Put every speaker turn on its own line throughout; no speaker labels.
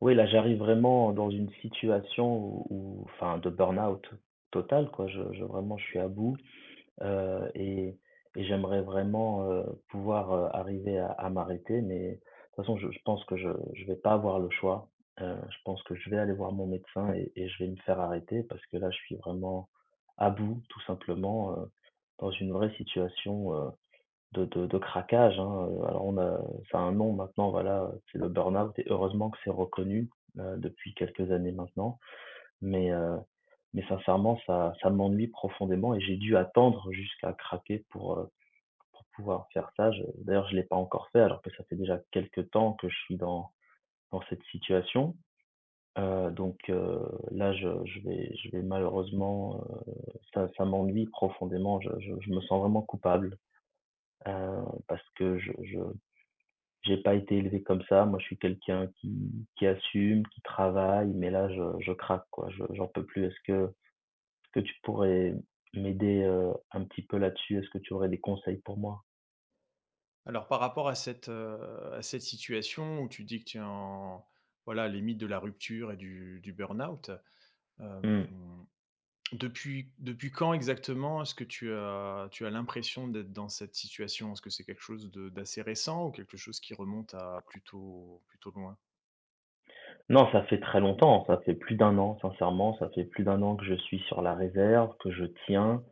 Oui, là, j'arrive vraiment dans une situation où enfin, de burn-out total, quoi. Je vraiment, je suis à bout, et j'aimerais vraiment, pouvoir, arriver à m'arrêter, mais de toute façon, je pense que je vais pas avoir le choix. Je pense que je vais aller voir mon médecin et je vais me faire arrêter parce que là, je suis vraiment à bout, tout simplement, dans une vraie situation, de craquage, hein, alors on a ça a un nom maintenant, voilà, c'est le burn-out et heureusement que c'est reconnu, depuis quelques années maintenant. Mais heu, mais sincèrement, ça m'ennuie profondément et j'ai dû attendre jusqu'à craquer pour pouvoir faire ça. Je d'ailleurs, je l'ai pas encore fait alors que ça fait déjà quelque temps que je suis dans cette situation. Donc là, je vais malheureusement, ça m'ennuie profondément. Je me sens vraiment coupable, heu, parce que je J'ai pas été élevé comme ça. Moi, je suis quelqu'un qui assume, qui travaille, mais là, je craque, quoi. Je j'en peux plus. Est-ce que tu pourrais m'aider, un petit peu là-dessus? Est-ce que tu aurais des conseils pour moi?
Alors par rapport à cette situation où tu dis que tu es en voilà, limite de la rupture et du burn-out, hem,
Mmh.
depuis quand exactement est-ce que tu as l'impression d'être dans cette situation? Est-ce que c'est quelque chose de d'assez récent ou quelque chose qui remonte à plutôt loin?
Non, ça fait très longtemps. Ça fait plus d'un an, sincèrement, ça fait plus d'un an que je suis sur la réserve, que je tiens,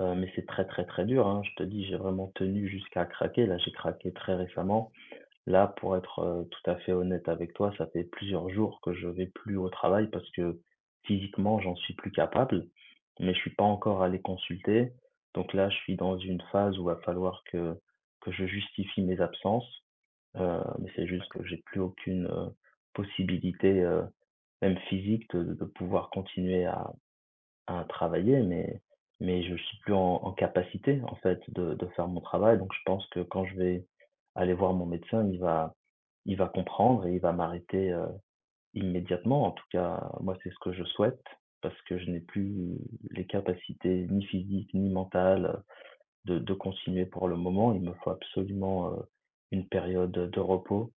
mais c'est très, très, très dur, hein. Je te dis, j'ai vraiment tenu jusqu'à craquer. Là, j'ai craqué très récemment. Là, pour être, tout à fait honnête avec toi, ça fait plusieurs jours que je vais plus au travail parce que physiquement, j'en suis plus capable, mais je suis pas encore allé consulter. Donc là, je suis dans une phase où va falloir que je justifie mes absences, mais c'est juste
D'accord.
que j'ai plus aucune, possibilité, même physique de pouvoir continuer à travailler, mais je suis plus en capacité, en fait, de faire mon travail. Donc je pense que quand je vais aller voir mon médecin, il va comprendre et il va m'arrêter, immédiatement. En tout cas, moi, c'est ce que je souhaite parce que je n'ai plus les capacités ni physiques ni mentales de continuer pour le moment. Il me faut absolument, une période de repos.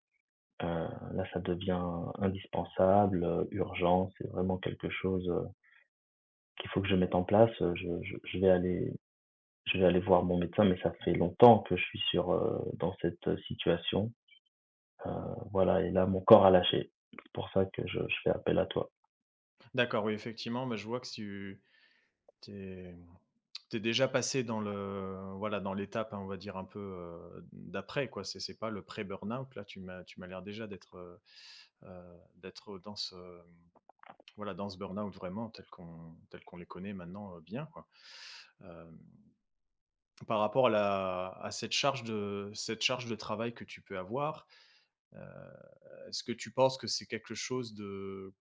Là, ça devient indispensable, urgent. C'est vraiment quelque chose, qu'il faut que je mette en place. Je vais aller voir mon médecin, mais ça fait longtemps que je suis sur, dans cette situation. Heu, voilà et là, mon corps a lâché. C'est pour ça que je fais appel à toi.
D'accord, oui, effectivement, bah, je vois que tu t'es déjà passé dans le voilà, dans l'étape, hein, on va dire, un peu, d'après, quoi. C'est pas le pré burnout là, tu m'as l'air déjà d'être, d'être dans ce voilà, dans ce burn-out vraiment tel qu'on les connaît maintenant, bien quoi. Hem, Par rapport à la à cette charge de travail que tu peux avoir, heu, est-ce que tu penses que c'est quelque chose de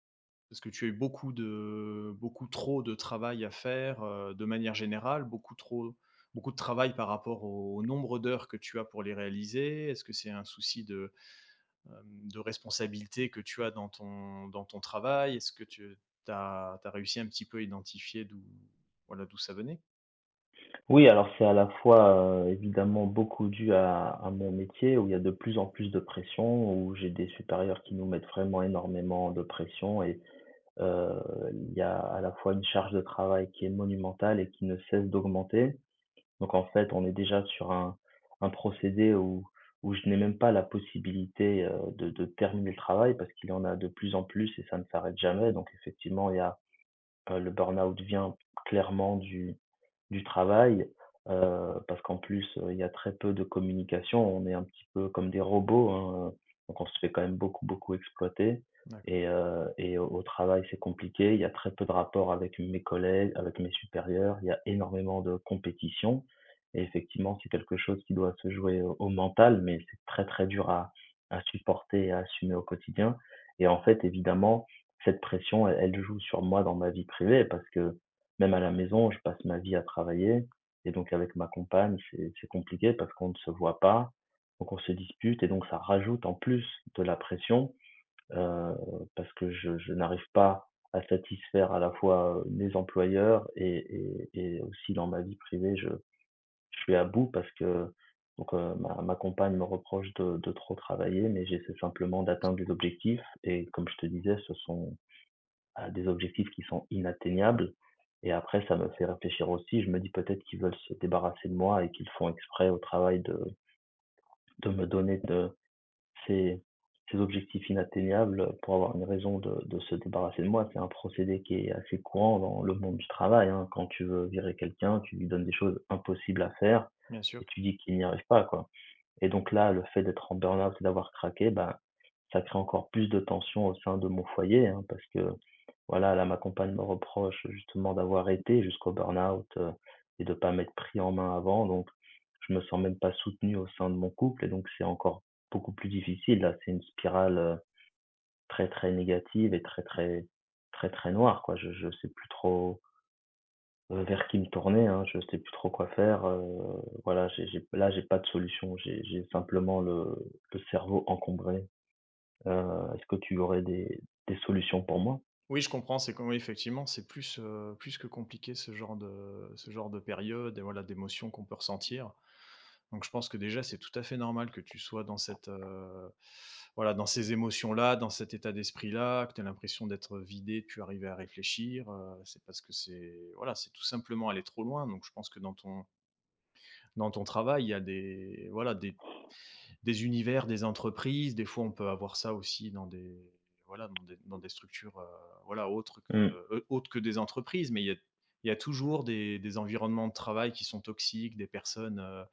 est-ce que tu as eu beaucoup de beaucoup trop de travail à faire, de manière générale? Beaucoup trop beaucoup de travail par rapport au nombre d'heures que tu as pour les réaliser? Est-ce que c'est un souci de de responsabilité que tu as dans ton travail? Est-ce que tu as réussi un petit peu à identifier d'où voilà, d'où ça venait?
Oui, alors c'est à la fois, évidemment beaucoup dû à mon métier où il y a de plus en plus de pression, où j'ai des supérieurs qui nous mettent vraiment énormément de pression et heu, il y a à la fois une charge de travail qui est monumentale et qui ne cesse d'augmenter. Donc en fait, on est déjà sur un procédé où je n'ai même pas la possibilité, de terminer le travail parce qu'il y en a de plus en plus et ça ne s'arrête jamais. Donc effectivement, il y a le burn-out vient clairement du travail, parce qu'en plus, il y a très peu de communication. On est un petit peu comme des robots, hein, donc on se fait quand même beaucoup, beaucoup exploiter
D'acc
et au travail, c'est compliqué. Il y a très peu de rapport avec mes collègues, avec mes supérieurs. Il y a énormément de compétition et effectivement, c'est quelque chose qui doit se jouer au mental, mais c'est très, très dur à supporter et à assumer au quotidien et en fait, évidemment cette pression, elle joue sur moi dans ma vie privée parce que même à la maison, je passe ma vie à travailler et donc avec ma compagne, c'est compliqué parce qu'on ne se voit pas, donc on se dispute et donc ça rajoute en plus de la pression, heu, parce que je n'arrive pas à satisfaire à la fois, mes employeurs et aussi dans ma vie privée, je suis à bout parce que ma compagne me reproche de trop travailler mais j'essaie simplement d'atteindre des objectifs et comme je te disais, ce sont à des objectifs qui sont inatteignables. Et après, ça me fait réfléchir aussi. Je me dis peut-être qu'ils veulent se débarrasser de moi et qu'ils font exprès au travail de me donner de ces, ces objectifs inatteignables pour avoir une raison de se débarrasser de moi. C'est un procédé qui est assez courant dans le monde du travail, hein. Quand tu veux virer quelqu'un, tu lui donnes des choses impossibles à faire
bien sûr.
et tu dis qu'il n'y arrive pas, quoi. Et donc là, le fait d'être en burn-out et d'avoir craqué, bah, ça crée encore plus de tension au sein de mon foyer, hein, parce que voilà, là, ma compagne me reproche justement d'avoir été jusqu'au burn-out et de pas m'être pris en main avant. Donc, je me sens même pas soutenu au sein de mon couple et donc c'est encore beaucoup plus difficile. Là, c'est une spirale très, très négative et très, très, très, très noire, quoi. Je sais plus trop vers qui me tourner, hein, je sais plus trop quoi faire, voilà, j'ai là, j'ai pas de solution, j'ai simplement le cerveau encombré. Heu, Est-ce que tu aurais des solutions pour moi?
Oui, je comprends, c'est comme oui, effectivement, c'est plus, plus que compliqué ce genre de période et voilà, d'émotions qu'on peut ressentir. Donc je pense que déjà, c'est tout à fait normal que tu sois dans cette, voilà, dans ces émotions-là, dans cet état d'esprit-là, que tu as l'impression d'être vidé, de plus arriver à réfléchir, c'est parce que c'est voilà, c'est tout simplement aller trop loin. Donc je pense que Dans ton travail, il y a des voilà, des univers, des entreprises, des fois, on peut avoir ça aussi dans des voilà, dans des structures, voilà,
Mmh.
autres que des entreprises, mais il y a toujours des environnements de travail qui sont toxiques, des personnes,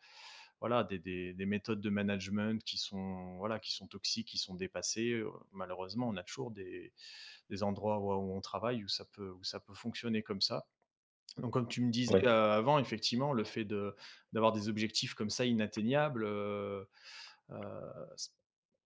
voilà, des méthodes de management qui sont, voilà, qui sont toxiques, qui sont dépassées, malheureusement, on a toujours des endroits où on travaille où ça peut fonctionner comme ça. Donc, comme tu me disais,
Ouais,
avant, effectivement, le fait de d'avoir des objectifs comme ça inatteignables, heu, s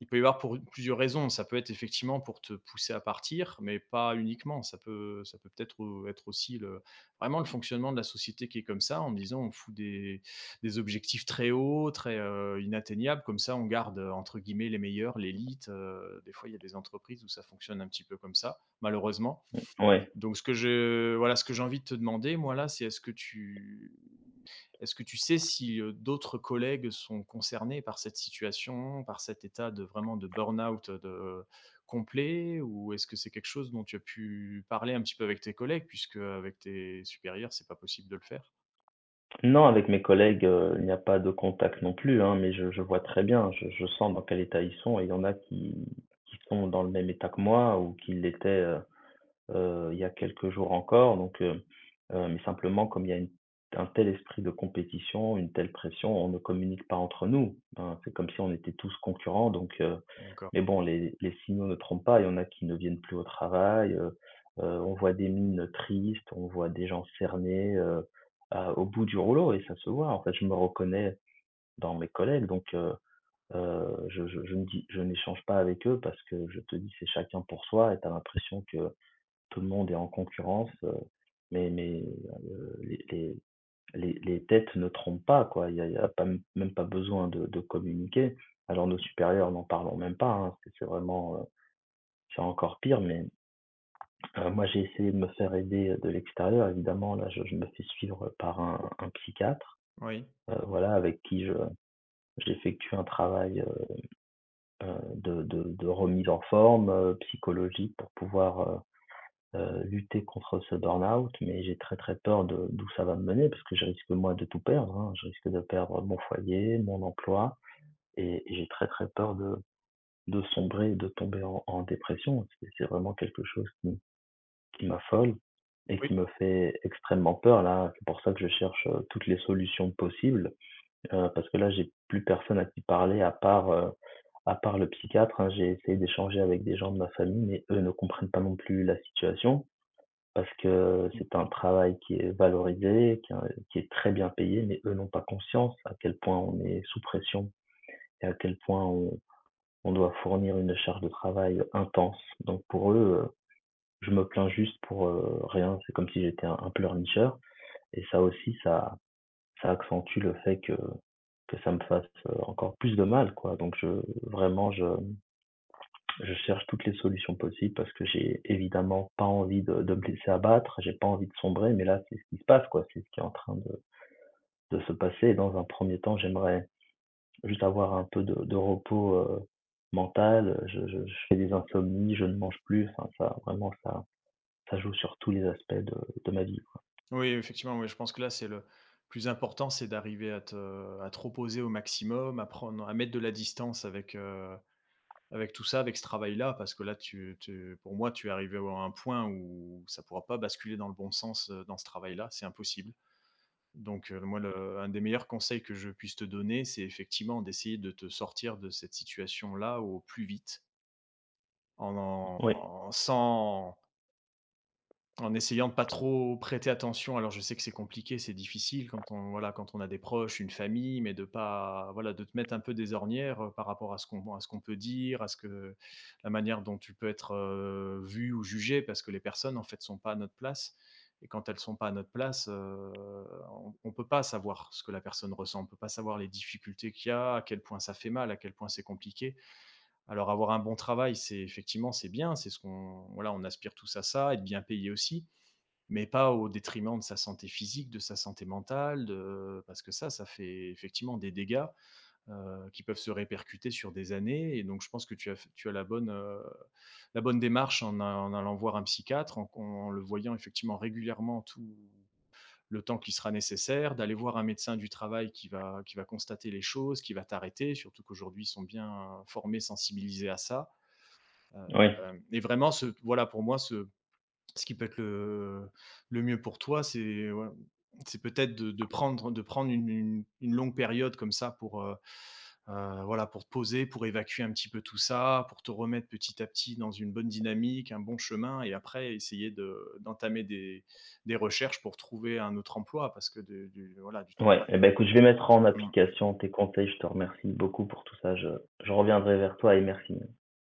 il peut y avoir pour plusieurs raisons. Ça peut être effectivement pour te pousser à partir, mais pas uniquement. Ça peut peut-être, être aussi le vraiment le fonctionnement de la société qui est comme ça, en disant: «On fout des objectifs très hauts, très, inatteignables, comme ça on garde, entre guillemets «les meilleurs», l'élite»». Des fois, il y a des entreprises où ça fonctionne un petit peu comme ça, malheureusement.
ouais.
Donc ce que je voilà, ce que j'ai envie de te demander, moi, là, c'est est-ce que tu sais si, d'autres collègues sont concernés par cette situation, par cet état de vraiment de burn-out, de complet? Ou est-ce que c'est quelque chose dont tu as pu parler un petit peu avec tes collègues puisque, avec tes supérieurs, c'est pas possible de le faire?
Non, avec mes collègues, il n'y a pas de contact non plus, hein, mais je vois très bien, je sens dans quel état ils sont et il y en a qui sont dans le même état que moi ou qui l'étaient, il y a quelques jours encore mais simplement comme il y a une un tel esprit de compétition, une telle pression, on ne communique pas entre nous, hein. C'est comme si on était tous concurrents donc
D'accord.
mais bon, les signaux ne trompent pas. Il y en a qui ne viennent plus au travail, on voit des mines tristes, on voit des gens cernés, à au bout du rouleau et ça se voit. En fait, je me reconnais dans mes collègues donc je ne dis je n'échange pas avec eux parce que je te dis, c'est chacun pour soi et tu as l'impression que tout le monde est en concurrence, mais heu, les les les têtes ne trompent pas, quoi. Il y a pas même pas besoin de communiquer. Alors nos supérieurs, n'en parlons même pas, hein, c'est vraiment, c'est encore pire, mais moi, j'ai essayé de me faire aider, de l'extérieur. Évidemment, là, je me fais suivre par un psychiatre,
Oui.
voilà, avec qui je j'effectue un travail, de remise en forme, psychologique pour pouvoir, lutter contre ce burn-out. Mais j'ai très, très peur de d'où ça va me mener parce que je risque, moi, de tout perdre, hein. Je risque de perdre mon foyer, mon emploi et j'ai très, très peur de sombrer et de tomber en dépression. C'est vraiment quelque chose qui m'affole et
Oui.
qui me fait extrêmement peur là. C'est pour ça que je cherche, toutes les solutions possibles, parce que là, j'ai plus personne à qui parler à part le psychiatre, hein. J'ai essayé d'échanger avec des gens de ma famille, mais eux ne comprennent pas non plus la situation parce que
Mmh.
c'est un travail qui est valorisé, qui est très bien payé, mais eux n'ont pas conscience à quel point on est sous pression et à quel point on doit fournir une charge de travail intense. Donc pour eux, je me plains juste pour, rien, c'est comme si j'étais un pleurnicheur et ça aussi, ça accentue le fait que ça me fasse, encore plus de mal, quoi. Donc je vraiment, je cherche toutes les solutions possibles parce que j'ai évidemment pas envie de me laisser abattre, j'ai pas envie de sombrer, mais là, c'est ce qui se passe, quoi, c'est ce qui est en train de se passer. Et dans un premier temps, j'aimerais juste avoir un peu de repos, mental. Je fais des insomnies, je ne mange plus, enfin ça, vraiment, ça joue sur tous les aspects de ma vie.
Oui, effectivement, oui, je pense que là, c'est le plus important, c'est d'arriver à te reposer au maximum, à prendre à mettre de la distance avec, avec tout ça, avec ce travail-là, parce que là, tu pour moi, tu es arrivé à un point où ça pourra pas basculer dans le bon sens, dans ce travail-là, c'est impossible. Donc moi, le un des meilleurs conseils que je puisse te donner, c'est effectivement d'essayer de te sortir de cette situation-là au plus vite en en
Oui,
en- sans en essayant de pas trop prêter attention. Alors je sais que c'est compliqué, c'est difficile quand on voilà, quand on a des proches, une famille, mais de pas voilà, de te mettre un peu des ornières, par rapport à ce qu'on peut dire, à ce que la manière dont tu peux être, vu ou jugé parce que les personnes en fait sont pas à notre place et quand elles sont pas à notre place, on peut pas savoir ce que la personne ressent. On peut pas savoir les difficultés qu'il y a, à quel point ça fait mal, à quel point c'est compliqué. Alors avoir un bon travail, c'est effectivement, c'est bien, c'est ce qu'on voilà, on aspire tous à ça, être bien payé aussi mais pas au détriment de sa santé physique, de sa santé mentale, de parce que ça fait effectivement des dégâts, qui peuvent se répercuter sur des années et donc je pense que tu as la bonne démarche en allant voir un psychiatre, en le voyant effectivement régulièrement tout le temps qui sera nécessaire, d'aller voir un médecin du travail qui va constater les choses, qui va t'arrêter, surtout qu'aujourd'hui, ils sont bien formés, sensibilisés à ça,
oui,
hem et vraiment ce voilà, pour moi, ce qui peut être le mieux pour toi, c'est ouais, c'est peut-être de prendre une une longue période comme ça pour, voilà, pour te poser, pour évacuer un petit peu tout ça, pour te remettre petit à petit dans une bonne dynamique, un bon chemin et après essayer de d'entamer des recherches pour trouver un autre emploi parce que de du voilà, du
ouais.
travail
Et ben écoute, je vais mettre en
mmh.
application tes conseils. Je te remercie beaucoup pour tout ça. Je reviendrai vers toi et merci.